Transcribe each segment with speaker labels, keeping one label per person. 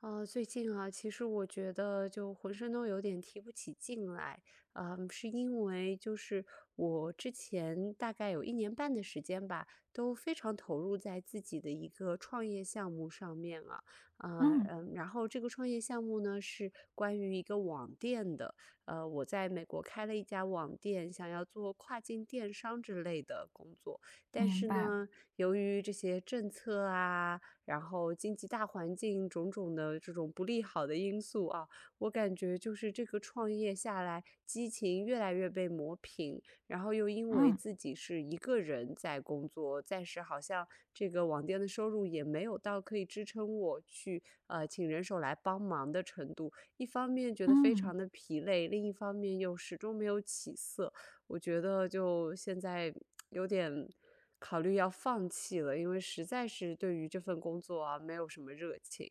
Speaker 1: 最近啊，其实我觉得就浑身都有点提不起劲来，是因为就是我之前大概有一年半的时间吧，都非常投入在自己的一个创业项目上面啊，
Speaker 2: 嗯，
Speaker 1: 然后这个创业项目呢是关于一个网店的，我在美国开了一家网店，想要做跨境电商之类的工作，但
Speaker 2: 明
Speaker 1: 是
Speaker 2: 白。
Speaker 1: 呢，由于这些政策啊。然后经济大环境种种的这种不利好的因素啊，我感觉就是这个创业下来，激情越来越被磨平，然后又因为
Speaker 2: 嗯
Speaker 1: 自己是一个人在工作，暂时好像这个网店的收入也没有到可以支撑我去请人手来帮忙的程度，一方面觉得非
Speaker 2: 嗯，
Speaker 1: 常的疲累，另一方面又始终没有起色。我觉得就现在有点考虑要放弃了，因为实在是对于这份工作啊，没有什么热情。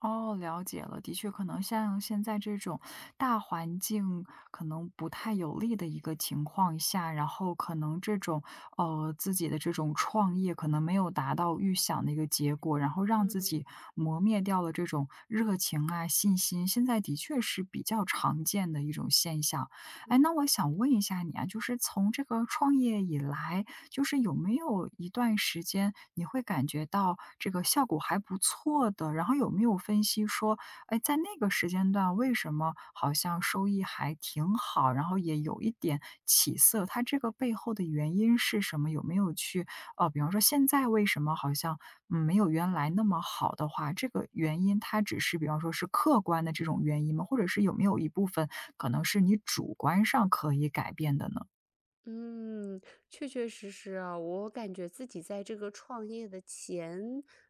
Speaker 2: 哦，了解了。的确，可能像现在这种大环境可能不太有利的一个情况下，然后可能这种自己的这种创业可能没有达到预想的一个结果，然后让自
Speaker 1: 嗯
Speaker 2: 己磨灭掉了这种热情啊、信心，现在的确是比较常见的一种现象。哎，
Speaker 1: 嗯。
Speaker 2: 那我想问一下你啊，就是从这个创业以来，就是有没有一段时间你会感觉到这个效果还不错的，然后有没有分析说，哎，在那个时间段为什么好像收益还挺好，然后也有一点起色，它这个背后的原因是什么？有没有去比方说现在为什么好像没有原来那么好的话，这个原因它只是比方说是客观的这种原因吗？或者是有没有一部分可能是你主观上可以改变的呢？
Speaker 1: 嗯，确确实实啊，我感觉自己在这个创业的前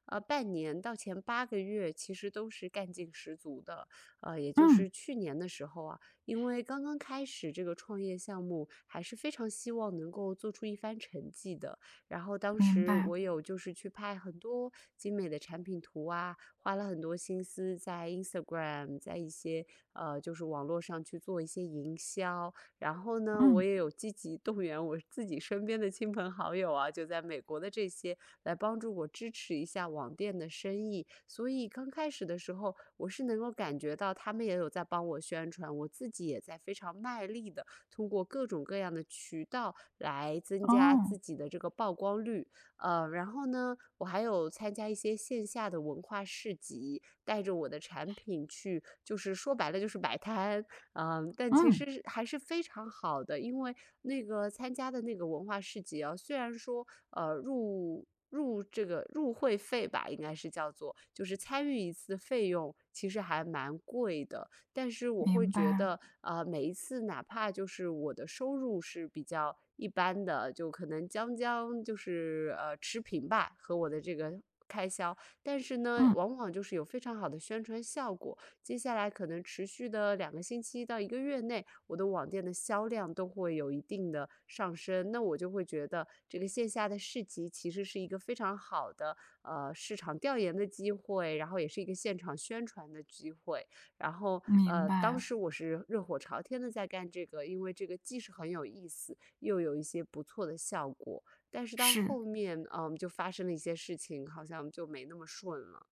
Speaker 1: 半年到前8个月，其实都是干劲十足的。也就
Speaker 2: 嗯，
Speaker 1: 是去年的时候啊，因为刚刚开始这个创业项目，还是非常希望能够做出一番成绩的。然后当
Speaker 2: 明
Speaker 1: 时
Speaker 2: 白，
Speaker 1: 我有就是去拍很多精美的产品图啊，花了很多心思在 Instagram，在一些就是网络上去做一些营销。然后呢，我
Speaker 2: 嗯。
Speaker 1: 也有积极动员我自己身边的亲朋好友啊，就在美国的这些来帮助我支持一下网店的生意。所以刚开始的时候，我是能够感觉到他们也有在帮我宣传，我自己也在非常卖力的通过各种各样的渠道来增加
Speaker 2: 哦，
Speaker 1: 自己的这个曝光率。然后呢，我还有参加一些线下的文化市集，带着我的产品去，就是说白了就是摆摊，但其
Speaker 2: 嗯，
Speaker 1: 实是还是非常好的，因为那个参加的那个文化市集啊，虽然说入这个入会费吧，应该是叫做，就是参与一次的费用其实还蛮贵的，但是我会
Speaker 2: 明
Speaker 1: 觉
Speaker 2: 白，
Speaker 1: 得，每一次哪怕就是我的收入是比较一般的，就可能将将就是持平吧，和我的这个开销，但是呢，
Speaker 2: 嗯，
Speaker 1: 往往就是有非常好的宣传效果。接下来可能持续的2个星期到一个月内，我的网店的销量都会有一定的上升。那我就会觉得这个线下的市集其实是一个非常好的市场调研的机会，然后也是一个现场宣传的机会。然后
Speaker 2: 明
Speaker 1: 当
Speaker 2: 白，
Speaker 1: 时我是热火朝天的在干这个，因为这个既是很有意思，又有一些不错的效果。但是到
Speaker 2: 是，
Speaker 1: 后面，就发生了一些事情，好像就没那么顺了。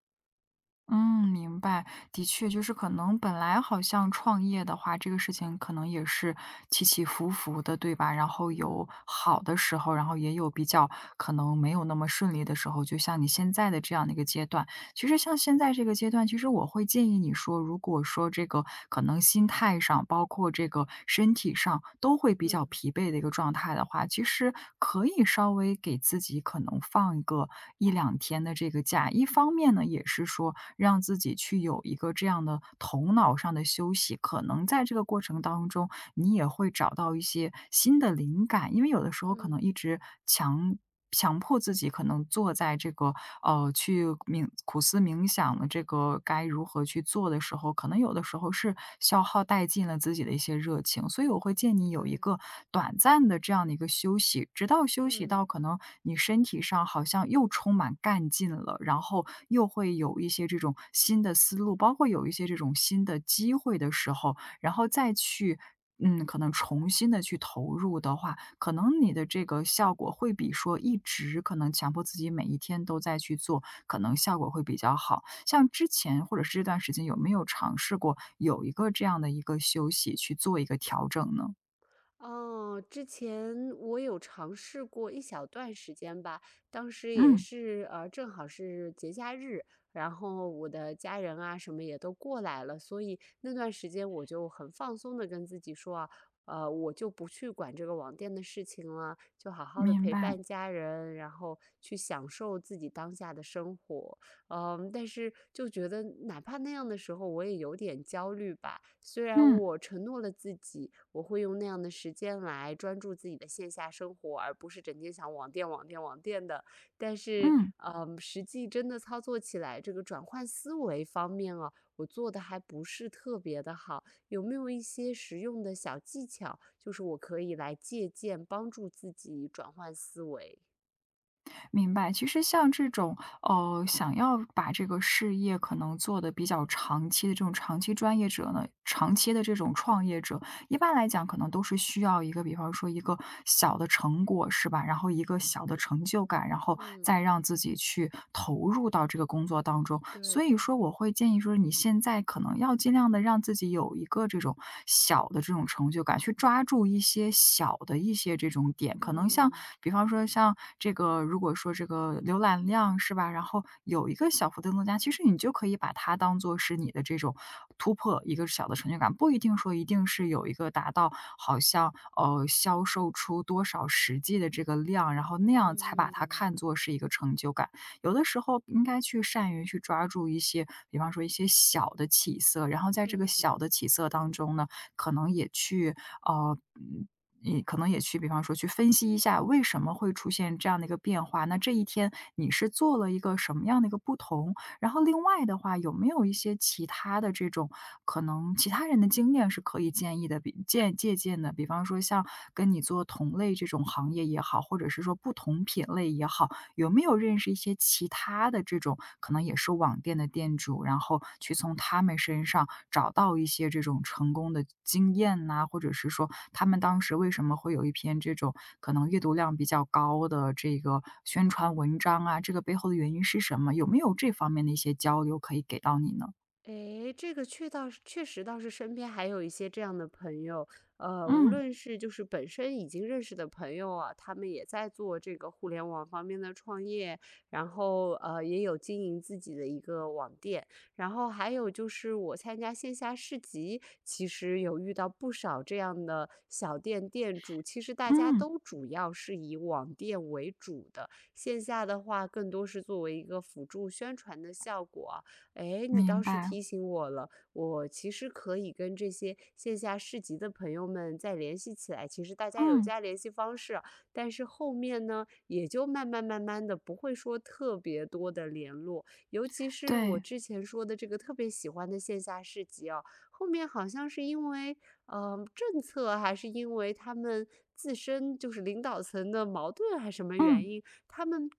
Speaker 2: 嗯，明白。的确，就是可能本来好像创业的话，这个事情可能也是起起伏伏的，对吧？然后
Speaker 1: 嗯
Speaker 2: 有好的时候，然后也有比较可能没有那么顺利的时候，就像你现在的这样的一个阶段。其实像现在这个阶段，其实我会建议你说，如果说这个可能心态上，包括这个身体上都会比较
Speaker 1: 嗯
Speaker 2: 疲惫的一个状态的话，其实可以稍微给自己可能放一个一两天的这个假。一方面呢，也是说让自己去有一个这样的头脑上的休息，可能在这个过程当中，你也会找到一些新的灵感，因为有的时候可
Speaker 1: 嗯，
Speaker 2: 能一直强。强迫自己可能坐在这个，去冥苦思冥想的这个该如何去做的时候，可能有的时候是消耗殆尽了自己的一些热情。所以我会建议你有一
Speaker 1: 对。
Speaker 2: 个短暂的这样的一个休息，直到休息
Speaker 1: 嗯，
Speaker 2: 到可能你身体上好像又充满干劲了，然后又会有一些这种新的思路，包括有一些这种新的机会的时候，然后再去可能重新的去投入的话，可能你的这个效果会比说一直可能强迫自己每一天都在去做，可能效果会比较好。像之前或者是这段时间有没有尝试过有一个这样的一个休息去做一个调整呢？
Speaker 1: 哦，之前我有尝试过一小段时间吧，当时也
Speaker 2: 嗯，
Speaker 1: 是，正好是节假日，然后我的家人啊什么也都过来了，所以那段时间我就很放松的跟自己说啊，我就不去管这个网店的事情了，就好好的
Speaker 2: 明
Speaker 1: 陪
Speaker 2: 白，
Speaker 1: 伴家人，然后去享受自己当下的生活。但是就觉得哪怕那样的时候，我也有点焦虑吧。虽然
Speaker 2: 嗯，
Speaker 1: 我承诺了自己，我会用那样的时间来专注自己的线下生活，而不是整天想网店、网店、网店的。但是，
Speaker 2: 嗯。
Speaker 1: 实际真的操作起来，这个转换思维方面啊，我做的还不是特别的好。有没有一些实用的小技巧，就是我可以来借鉴，帮助自己转换思维？
Speaker 2: 明白，其实像这种，想要把这个事业可能做的比较长期的这种长期专业者呢，长期的这种创业者，一般来讲可能都是需要一个，比方说一个小的成果，是吧？然后一个小的成就感，然后
Speaker 1: 嗯，
Speaker 2: 再让自己去投入到这个工作当中。
Speaker 1: 对
Speaker 2: 所以
Speaker 1: 的，
Speaker 2: 说，我会建议说，你现在可能要尽量的让自己有一个这种小的这种成就感，去抓住一些小的一些这种点，可能。可能像
Speaker 1: 嗯
Speaker 2: 比方说像这个如果说这个浏览量是吧，然后有一个小幅的增加，其实你就可以把它当做是你的这种突破，一个小的成就感，不一定说一定是有一个达到好像销售出多少实际的这个量，然后那样才把
Speaker 1: 嗯
Speaker 2: 它
Speaker 1: 嗯。
Speaker 2: 看作是一个成就感。有的时候应该去善于去抓住一些，比方说一些小的起色，然后在这个小
Speaker 1: 嗯，
Speaker 2: 的起色当中呢，可能也去呃嗯你可能也去，比方说去分析一下为什么会出现这样的一个变化。那这一天你是做了一个什么样的一个不同？然后另外的话，有没有一些其他的这种可能其他人的经验是可以建议的，借鉴的？比方说像跟你做同类这种行业也好，或者是说不同品类也好，有没有认识一些其他的这种可能也是网店的店主，然后去从他们身上找到一些这种成功的经验呐，或者是说他们当时为什么会有一篇这种可能阅读量比较高的这个宣传文章啊，这个背后的原因是什么？有没有这方面的一些交流可以给到你呢？
Speaker 1: 诶，这个确实倒是身边还有一些这样的朋友，无
Speaker 2: 嗯，
Speaker 1: 论是就是本身已经认识的朋友啊，他们也在做这个互联网方面的创业，然后也有经营自己的一个网店，然后还有就是我参加线下市集，其实有遇到不少这样的小店店主，其实大家
Speaker 2: 嗯，
Speaker 1: 都主要是以网店为主的，线下的话更多是作为一个辅助宣传的效果啊，哎，你倒
Speaker 2: 明
Speaker 1: 是
Speaker 2: 白，
Speaker 1: 提醒我了，我其实可以跟这些线下市集的朋友们再联系起来。其实大家有
Speaker 2: 嗯，
Speaker 1: 加联系方式啊，但是后面呢，也就慢慢慢慢的不会说特别多的联络。尤其是我
Speaker 2: 对，
Speaker 1: 之前说的这个特别喜欢的线下市集啊，后面好像是因为政策，还是因为他们自身就是领导层的矛盾，还是什么原
Speaker 2: 嗯，
Speaker 1: 因，他们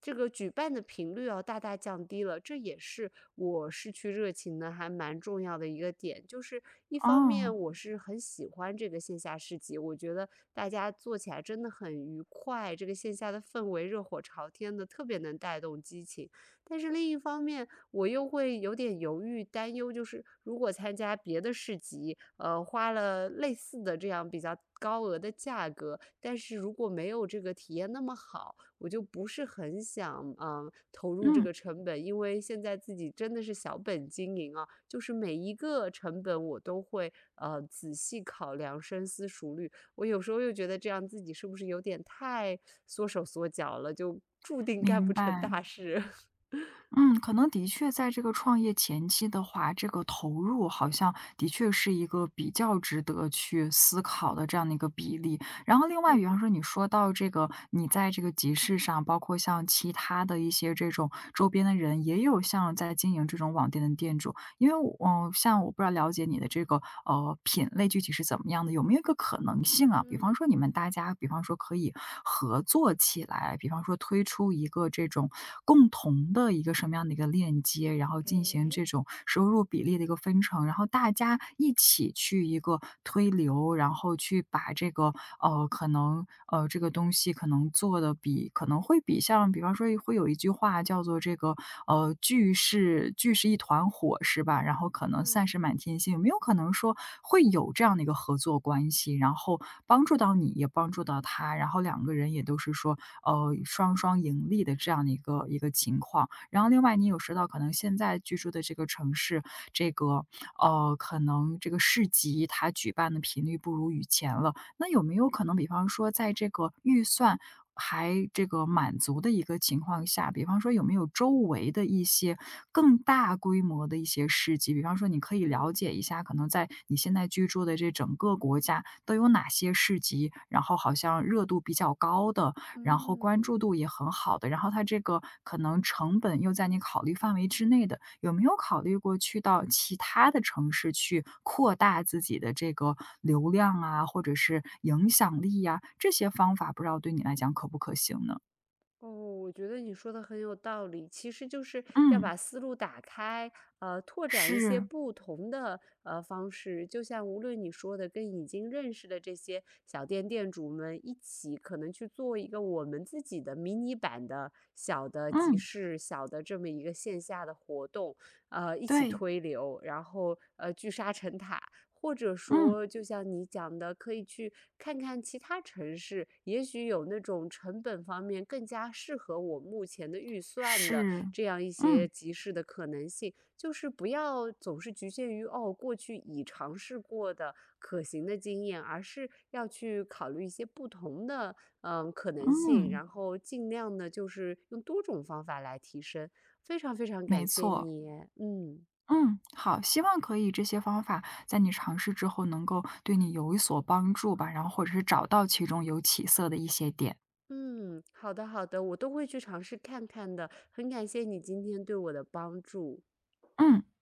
Speaker 1: 这个举办的频率要大大降低了，这也是我失去热情的还蛮重要的一个点。就是一方面，
Speaker 2: 哦，
Speaker 1: 我是很喜欢这个线下市集，我觉得大家做起来真的很愉快，这个线下的氛围热火朝天的，特别能带动激情。但是另一方面，我又会有点犹豫担忧，就是如果参加别的市集，花了类似的这样比较高额的价格，但是如果没有这个体验那么好。我就不是很想投入这
Speaker 2: 嗯，
Speaker 1: 个成本，因为现在自己真的是小本经营啊，就是每一个成本我都会仔细考量、深思熟虑。我有时候又觉得这样自己是不是有点太缩手缩脚了，就注定干
Speaker 2: 明
Speaker 1: 不成
Speaker 2: 白。
Speaker 1: 大事。
Speaker 2: 嗯，可能的确在这个创业前期的话，这个投入好像的确是一个比较值得去思考的这样的一个比例。然后另外，比方
Speaker 1: 嗯
Speaker 2: 说你说到这个，你在这个集市上，包括像其他的一些这种周边的人，也有像在经营这种网店的店主，因为我像我不知道了解你的这个品类具体是怎么样的，有没有一个可能性啊？比方
Speaker 1: 嗯，
Speaker 2: 说你们大家，比方说可以合作起来，比方说推出一个这种共同的一个什么样的一个链接，然后进行这
Speaker 1: 诶，
Speaker 2: 种收入比例的一个分成，然后大家一起去一个推流，然后去把这个可能这个东西可能做的比可能会比像比方说会有一句话叫做这个聚是一团火是吧？然后可能散
Speaker 1: 嗯
Speaker 2: 是满天星，有没有可能说会有这样的一个合作关系，然后帮助到你也帮助到他，然后两个人也都是说双双盈利的这样的一个一个情况。然后另外你有说到可能现在居住的这个城市，这个可能这个市集它举办的频率不如以前了。那有没有可能比方说在这个预算还这个满足的一个情况下，比方说有没有周围的一些更大规模的一些市集？比方说你可以了
Speaker 1: 嗯
Speaker 2: 解一下，可能在你现在居住的这整个国家都有哪些市集，然后好像热度比较高的，然后关注
Speaker 1: 嗯。
Speaker 2: 度也很好的，然后它这个可能成本又在你考虑范围之内的，有没有考虑过去到其他的城市去扩大自己的这个流量啊，或者是影响力呀，这些方法不知道对你来讲可不可行呢？
Speaker 1: 哦，我觉得你说的很有道理。其实就是要
Speaker 2: 嗯，
Speaker 1: 把思路打开，拓展一些
Speaker 2: 是，
Speaker 1: 不同的方式。就像无论你说的，跟已经认识的这些小店店主们一起，可能去做一个我们自己的迷你版的小的集
Speaker 2: 嗯，
Speaker 1: 市、小的这么一个线下的活动，一起
Speaker 2: 对，
Speaker 1: 推流，然后聚沙成塔，或者
Speaker 2: 嗯，
Speaker 1: 说就像你讲的，可以去看看其他城市，也许有那种成本方面更加适合我目前的预算的
Speaker 2: 是，
Speaker 1: 这样一些
Speaker 2: 嗯，
Speaker 1: 集市的可能性。就是不要总是局限于过去已尝试过的可行的经验，而是要去考虑一些不同的可能性，
Speaker 2: 嗯，
Speaker 1: 然后尽量的就是用多种方法来提升。非常非常感
Speaker 2: 没
Speaker 1: 谢
Speaker 2: 错。
Speaker 1: 你，嗯。
Speaker 2: 嗯，好，希望可以这些方法在你尝试之后能够对你有所帮助吧，然后或者是找到其中有起色的一些点。
Speaker 1: 嗯，好的好的，我都会去尝试看看的，很感谢你今天对我的帮助。
Speaker 2: 嗯。